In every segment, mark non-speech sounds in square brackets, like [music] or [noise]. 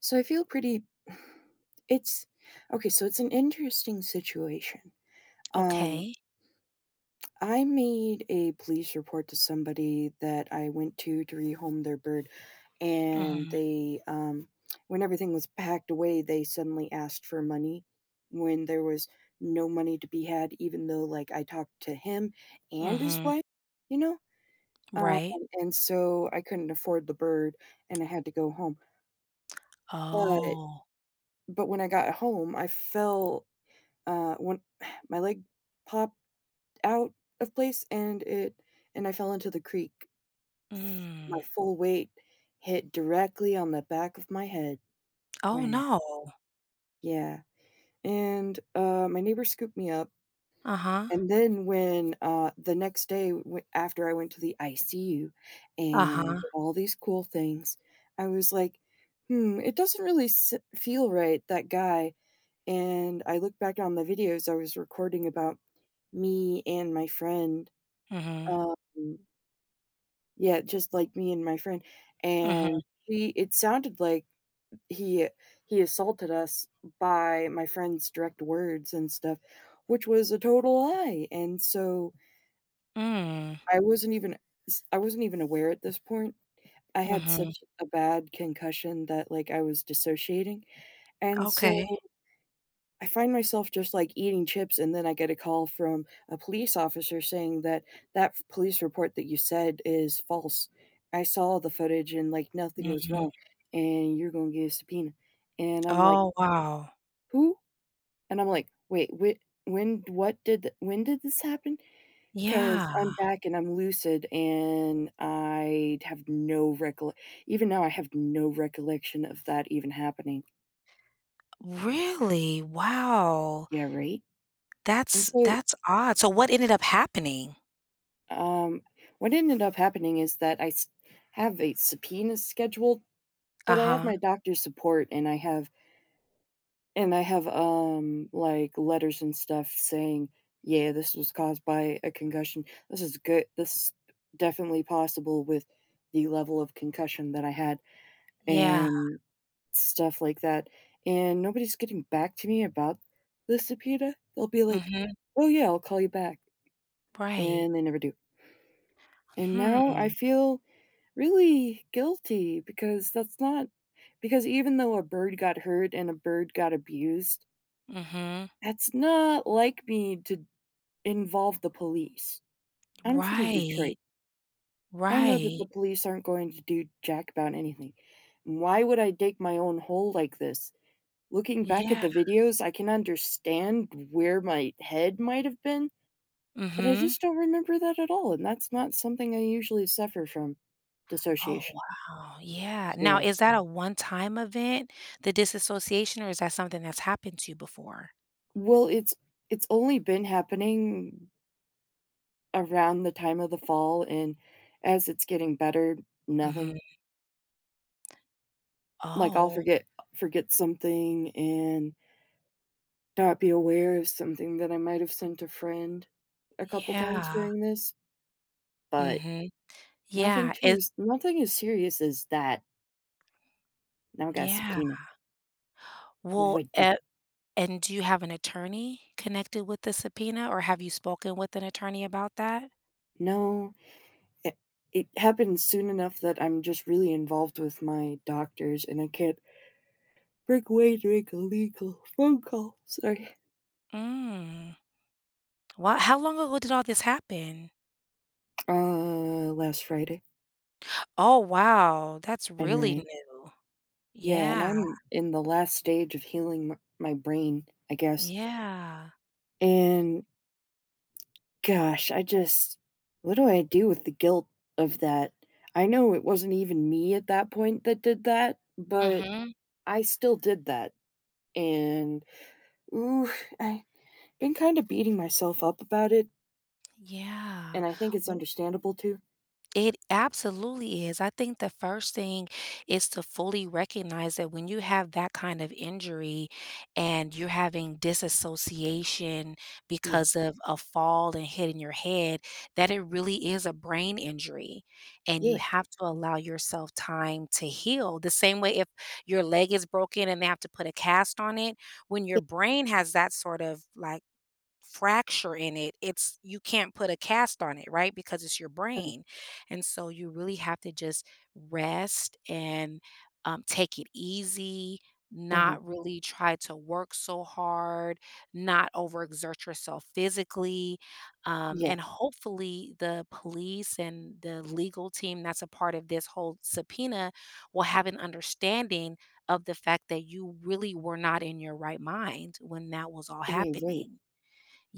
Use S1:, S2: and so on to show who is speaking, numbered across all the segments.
S1: So I feel pretty [sighs] it's okay, so it's an interesting situation. Um,
S2: Okay.
S1: I made a police report to somebody that I went to rehome their bird, and
S2: Mhm,
S1: they, when everything was packed away, they suddenly asked for money when there was no money to be had, even though, like, I talked to him and his
S2: mhm,
S1: wife, you know? Um,
S2: right.
S1: and so I couldn't afford the bird and I had to go home. But
S2: Oh.
S1: but when I got home, I felt one [sighs] my leg popped out of place and it and I fell into the creek. My
S2: Mm.
S1: full weight hit directly on the back of my head.
S2: Oh,
S1: Wow.
S2: no.
S1: Yeah. And my neighbor scooped me up.
S2: Uh-huh,
S1: And then when the next day after I went to the ICU and
S2: uh-huh.
S1: all these cool things, I was like, hmm, it doesn't really feel right, that guy. And I looked back on the videos I was recording about me and my friend.
S2: Mhm,
S1: Um, yeah, just like me and my friend,
S2: mhm,
S1: and he it sounded like he he assaulted us by my friend's direct words and stuff, which was a total lie, and so
S2: mm,
S1: I wasn't even s I wasn't even aware at this point. I had
S2: mhm.
S1: such a bad concussion that, like, I was dissociating, and so
S2: Okay.
S1: I find myself just, like, eating chips, and then I get a call from a police officer saying that, "That f police report that you said is false. I saw the footage and, like, nothing was
S2: Mhm.
S1: wrong, and you're gonna get a subpoena." And I'm like,
S2: Oh, wow.
S1: "Who?" And I'm like, "Wait, when did this happen? Because 'Cause I'm
S2: Yeah.
S1: back and I'm lucid, and I have no recolle even now, I have no recollection of that even happening.
S2: Really? Wow.
S1: Yeah, right? And
S2: That's
S1: so
S2: that's odd. So what ended up happening?
S1: Um, what ended up happening is that I s have a subpoena scheduled, but I have
S2: Uh-huh.
S1: my doctor's support and I have and I have, like, letters and stuff saying, "Yeah, this was caused by a concussion. This is definitely possible with the level of concussion that I had,"
S2: Yeah.
S1: and stuff like that, and nobody's getting back to me about the subpoena. They'll be like,
S2: Mhm.
S1: "Oh, yeah, I'll call you back,"
S2: Right.
S1: and they never do. And now I
S2: Hmm.
S1: feel really guilty because that's not because even though a bird got hurt and a bird got abused,
S2: Mhm.
S1: that's not like me to involve the police. I'm from
S2: Right.
S1: Detroit. I know that the
S2: Right.
S1: police aren't going to do jack about anything. Why would I dig my own hole like this? Looking back at
S2: Yeah.
S1: the videos, I can understand where my head might have been, but I
S2: Mhm.
S1: just don't remember that at all. And that's not something I usually suffer from
S2: Oh,
S1: dissociation.
S2: wow. Yeah. Now,
S1: Yeah.
S2: is that a one-time event, the disassociation, or is that something that's happened to you before?
S1: Well, it's only been happening around the time of the fall, and as it's getting better,
S2: Mhm.
S1: nothing. Like I'll
S2: Oh,
S1: forget something and not be aware of something that I might have sent a friend a couple times
S2: yeah.
S1: during this, but
S2: Mhm. Yeah, it
S1: nothing as serious as that. Now I got a
S2: yeah.
S1: subpoena. What
S2: Well,
S1: do I do?
S2: a and do you have an attorney connected with the subpoena, or have you spoken with an attorney about that?
S1: No, it, it happens soon enough that I'm just really involved with my doctors, and I can't break away to make a legal phone call. Sorry.
S2: Mm. Wow, how long ago did all this happen?
S1: Last Friday.
S2: Oh, wow. That's
S1: I know,
S2: really
S1: right.
S2: new.
S1: Yeah, and
S2: Yeah.
S1: I'm in the last stage of healing m my brain, I guess,
S2: Yeah.
S1: and gosh, I just what do I do with the guilt of that? I know it wasn't even me at that point that did that, but
S2: Mhm.
S1: I still did that, and ooh, I have been kinda beating myself up about it,
S2: Yeah.
S1: and I think it's understandable too.
S2: It absolutely is. I think the first thing is to fully recognize that when you have that kind of injury and you're having disassociation
S1: Yeah,
S2: because of a fall and hitting your head, that it really is a brain injury. And you
S1: yeah,
S2: have to allow yourself time to heal. The same way if your leg is broken and they have to put a cast on it, when your
S1: yeah,
S2: brain has that sort of like fracture in it, it's you can't put a cast on it, right? Because it's your
S1: uh-huh,
S2: brain. And so you really have to just rest and take it easy,
S1: uh-huh,
S2: not really try to work so hard, not overexert yourself physically. Um,
S1: yeah,
S2: and hopefully, the police and the legal team that's a part of this whole subpoena will have an understanding of the fact that you really were not in your right mind when that was all
S1: right, right,
S2: happening.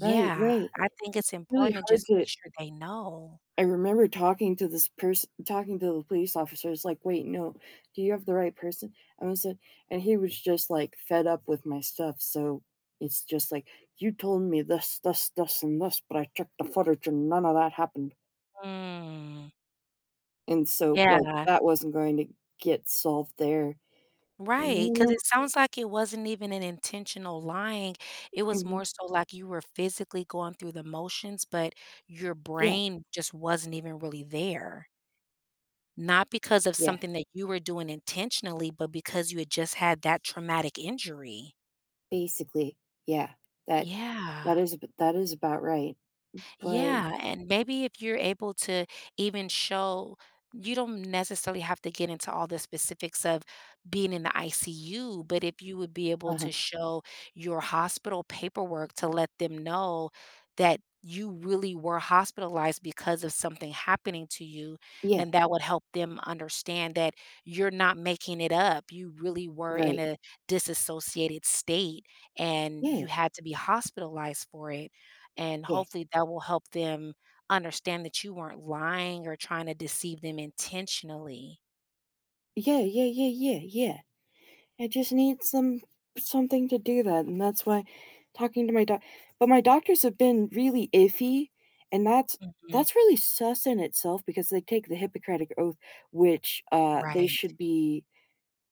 S1: right, right.
S2: I think it's
S1: Really
S2: important to
S1: hard
S2: just
S1: to.
S2: make sure they know.
S1: I remember talking to this person, talking to the police officer. It's like, wait, no, do you have the right person? I was said, and he was just like fed up with my stuff. So it's just like, you told me this, this, this, and this, but I checked the footage and none of that happened.
S2: Mm,
S1: And so, like,
S2: yeah,
S1: that wasn't going to get solved there. And I
S2: right. Because
S1: remember-
S2: it sounds like it wasn't even an intentional lying, it was more
S1: mhm.
S2: so like you were physically going through the motions, but your
S1: Yeah,
S2: brain just wasn't even really there. Not because of
S1: yeah,
S2: something that you were doing intentionally, but because you had just had that traumatic injury.
S1: basically, yeah, that
S2: Yeah.
S1: that is that is about right. But
S2: Yeah, and maybe if you're able to even show you don't necessarily have to get into all the specifics of being in the ICU, but if you would be able
S1: uh
S2: to
S1: huh,
S2: show your hospital paperwork to let them know that you really were hospitalized because of something happening to you,
S1: yeah,
S2: then that would help them understand that you're not making it up. You really were in
S1: right,
S2: a disassociated state and you
S1: yeah,
S2: had to be hospitalized for it. And
S1: yeah,
S2: hopefully that will help them understand that you weren't lying or trying to deceive them intentionally.
S1: yeah, yeah, yeah, yeah, yeah. I just need some something to do that, and that's why talking to my doc but my doctors have been really iffy, and
S2: Mhm.
S1: that's really sus in itself because they take the Hippocratic Oath, which, they
S2: Right,
S1: should be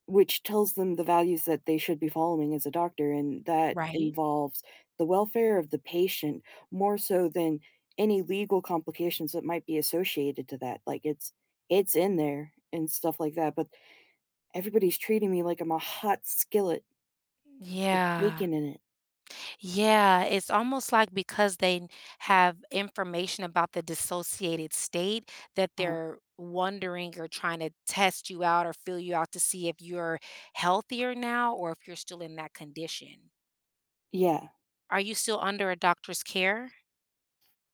S1: which tells them the values that they should be following as a doctor, and that
S2: right.
S1: involves the welfare of the patient more so than any legal complications that might be associated to that, like, it's in there and stuff like that, but everybody's treating me like I'm a hot skillet with
S2: Yeah.
S1: bacon in it.
S2: Yeah, it's almost like because they have information about the dissociated state that
S1: Uh-huh.
S2: they're wondering or trying to test you out or feel you out to see if you're healthier now or if you're still in that condition.
S1: Yeah.
S2: Are you still under a doctor's care?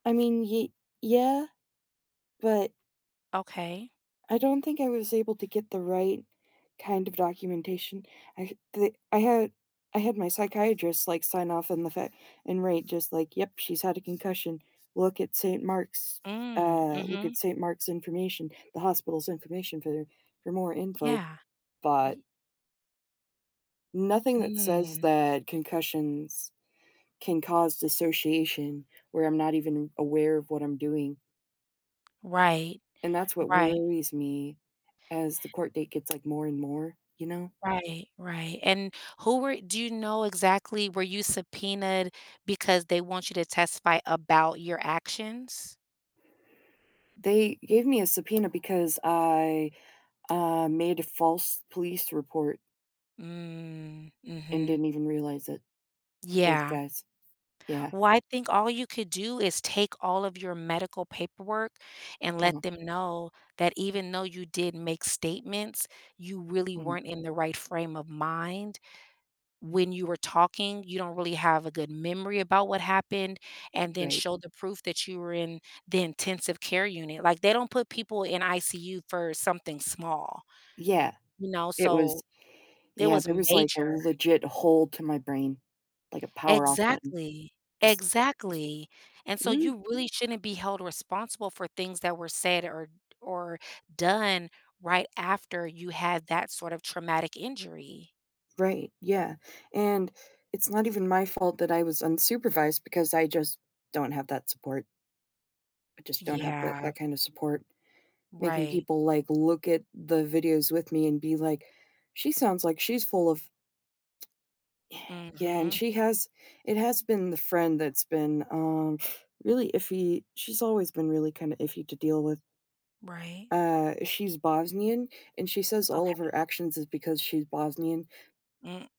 S1: I mean, ye yeah, but
S2: Okay.
S1: I don't think I was able to get the right kind of documentation. I the I had I had my psychiatrist, like, sign off on the fact and rate just like, "Yep, she's had a concussion. Look at St. Mark's,
S2: Mm, mm,
S1: look
S2: mhm.
S1: at St. Mark's information, the hospital's information for more info,"
S2: Yeah.
S1: but
S2: Y
S1: nothing that says
S2: mm.
S1: that concussions can cause dissociation where I'm not even aware of what I'm doing.
S2: Right,
S1: And that's what
S2: right,
S1: worries me as the court date gets, like, more and more, you know?
S2: right, right, and who were do you know exactly were you subpoenaed because they want you to testify about your actions?
S1: They gave me a subpoena because I made a false police report
S2: Mm,
S1: and
S2: mhm.
S1: didn't even realize it. Those
S2: Yeah.
S1: guys. Yeah.
S2: Well, I think all you could do is take all of your medical paperwork and let
S1: Uh-huh.
S2: them know that even though you did make statements, you really
S1: Mhm.
S2: weren't in the right frame of mind when you were talking, you don't really have a good memory about what happened, and then
S1: Right.
S2: show the proof that you were in the intensive care unit. Like, they don't put people in ICU for something small,
S1: Yeah.
S2: you know,
S1: It
S2: so
S1: was
S2: it
S1: Yeah,
S2: was
S1: there was, like, a
S2: major.
S1: legit hole to my brain, like a power off button.
S2: Exactly.
S1: Just
S2: Exactly. And so
S1: mm,
S2: you really shouldn't be held responsible for things that were said or done right after you had that sort of traumatic injury.
S1: right, yeah, and it's not even my fault that I was unsupervised because I just don't have that support. I just don't have
S2: Yeah,
S1: that kind of support. Making
S2: right.
S1: people, like, look at the videos with me and be like, "She sounds like she's full of" yeah, and
S2: Mhm,
S1: she has it has been the friend that's been, really iffy. She's always been really kinda iffy to deal with.
S2: right.
S1: She's Bosnian, and she says all of her actions is because she's Bosnian,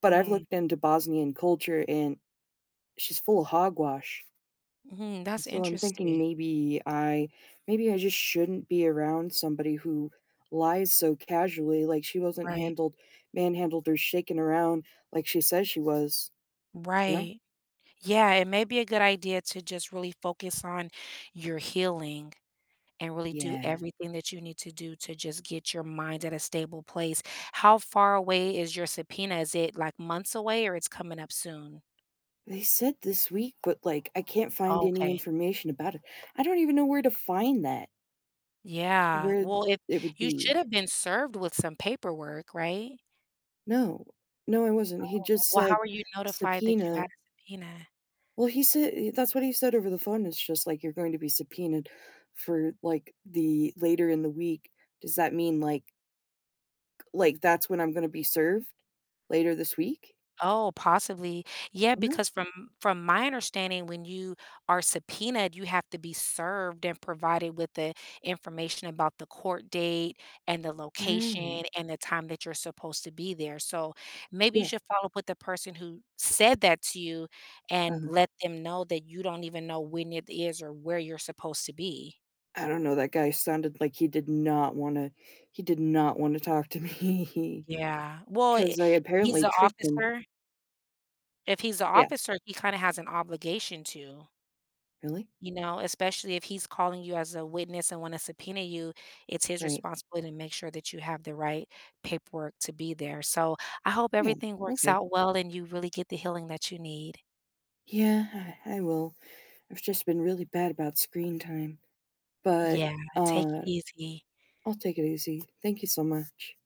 S1: but I've looked into Bosnian culture, and she's full of hogwash.
S2: Mhm, that's
S1: So I'm thinking
S2: interesting.
S1: maybe I just shouldn't be around somebody who lies so casually, like she wasn't
S2: Right.
S1: handled manhandled or shaken around like she says she was, you know?
S2: Right. Yeah, it may be a good idea to just really focus on your healing and really do
S1: Yeah.
S2: everything that you need to do to just get your mind at a stable place. How far away is your subpoena? Is it like months away or it's coming up soon?
S1: They said this week, but like I can't find any
S2: Okay.
S1: information about it. I don't even know where to find that,
S2: Yeah.
S1: where
S2: Well, if
S1: it would
S2: you should
S1: be.
S2: have been served with some paperwork, right?
S1: No, no, I wasn't. He just
S2: Well, how
S1: said
S2: are you notified that you had
S1: subpoena.
S2: a subpoena?
S1: Well, he said that's what he said over the phone. It's just like, "You're going to be subpoenaed for, like, the later in the week." Does that mean, like, that's when I'm gonna be served? Later this week?
S2: Oh, possibly. Yeah,
S1: You know?
S2: because from my understanding, when you are subpoenaed, you have to be served and provided with the information about the court date and the location
S1: Right.
S2: and the time that you're supposed to be there. So maybe you
S1: Yeah,
S2: should follow up with the person who said that to you and
S1: uh-huh.
S2: let them know that you don't even know when it is or where you're supposed to be.
S1: I don't know, that guy sounded like he did not wanna he did not wanna talk to me
S2: Yeah.
S1: [laughs]
S2: Well, I
S1: because I
S2: he's
S1: apparently
S2: the
S1: tricked him.
S2: officer. If he's the
S1: Yeah.
S2: officer, he kind of has an obligation to.
S1: Really?
S2: You know, especially if he's calling you as a witness and wanna subpoena you, it's his
S1: Right.
S2: responsibility to make sure that you have the right paperwork to be there. So, I hope
S1: Yeah.
S2: everything works
S1: Okay.
S2: out well and you really get the healing that you need.
S1: Yeah, I will. I've just been really bad about screen time, but,
S2: Yeah, take it
S1: uh
S2: easy.
S1: I'll take it easy. Thank you so much.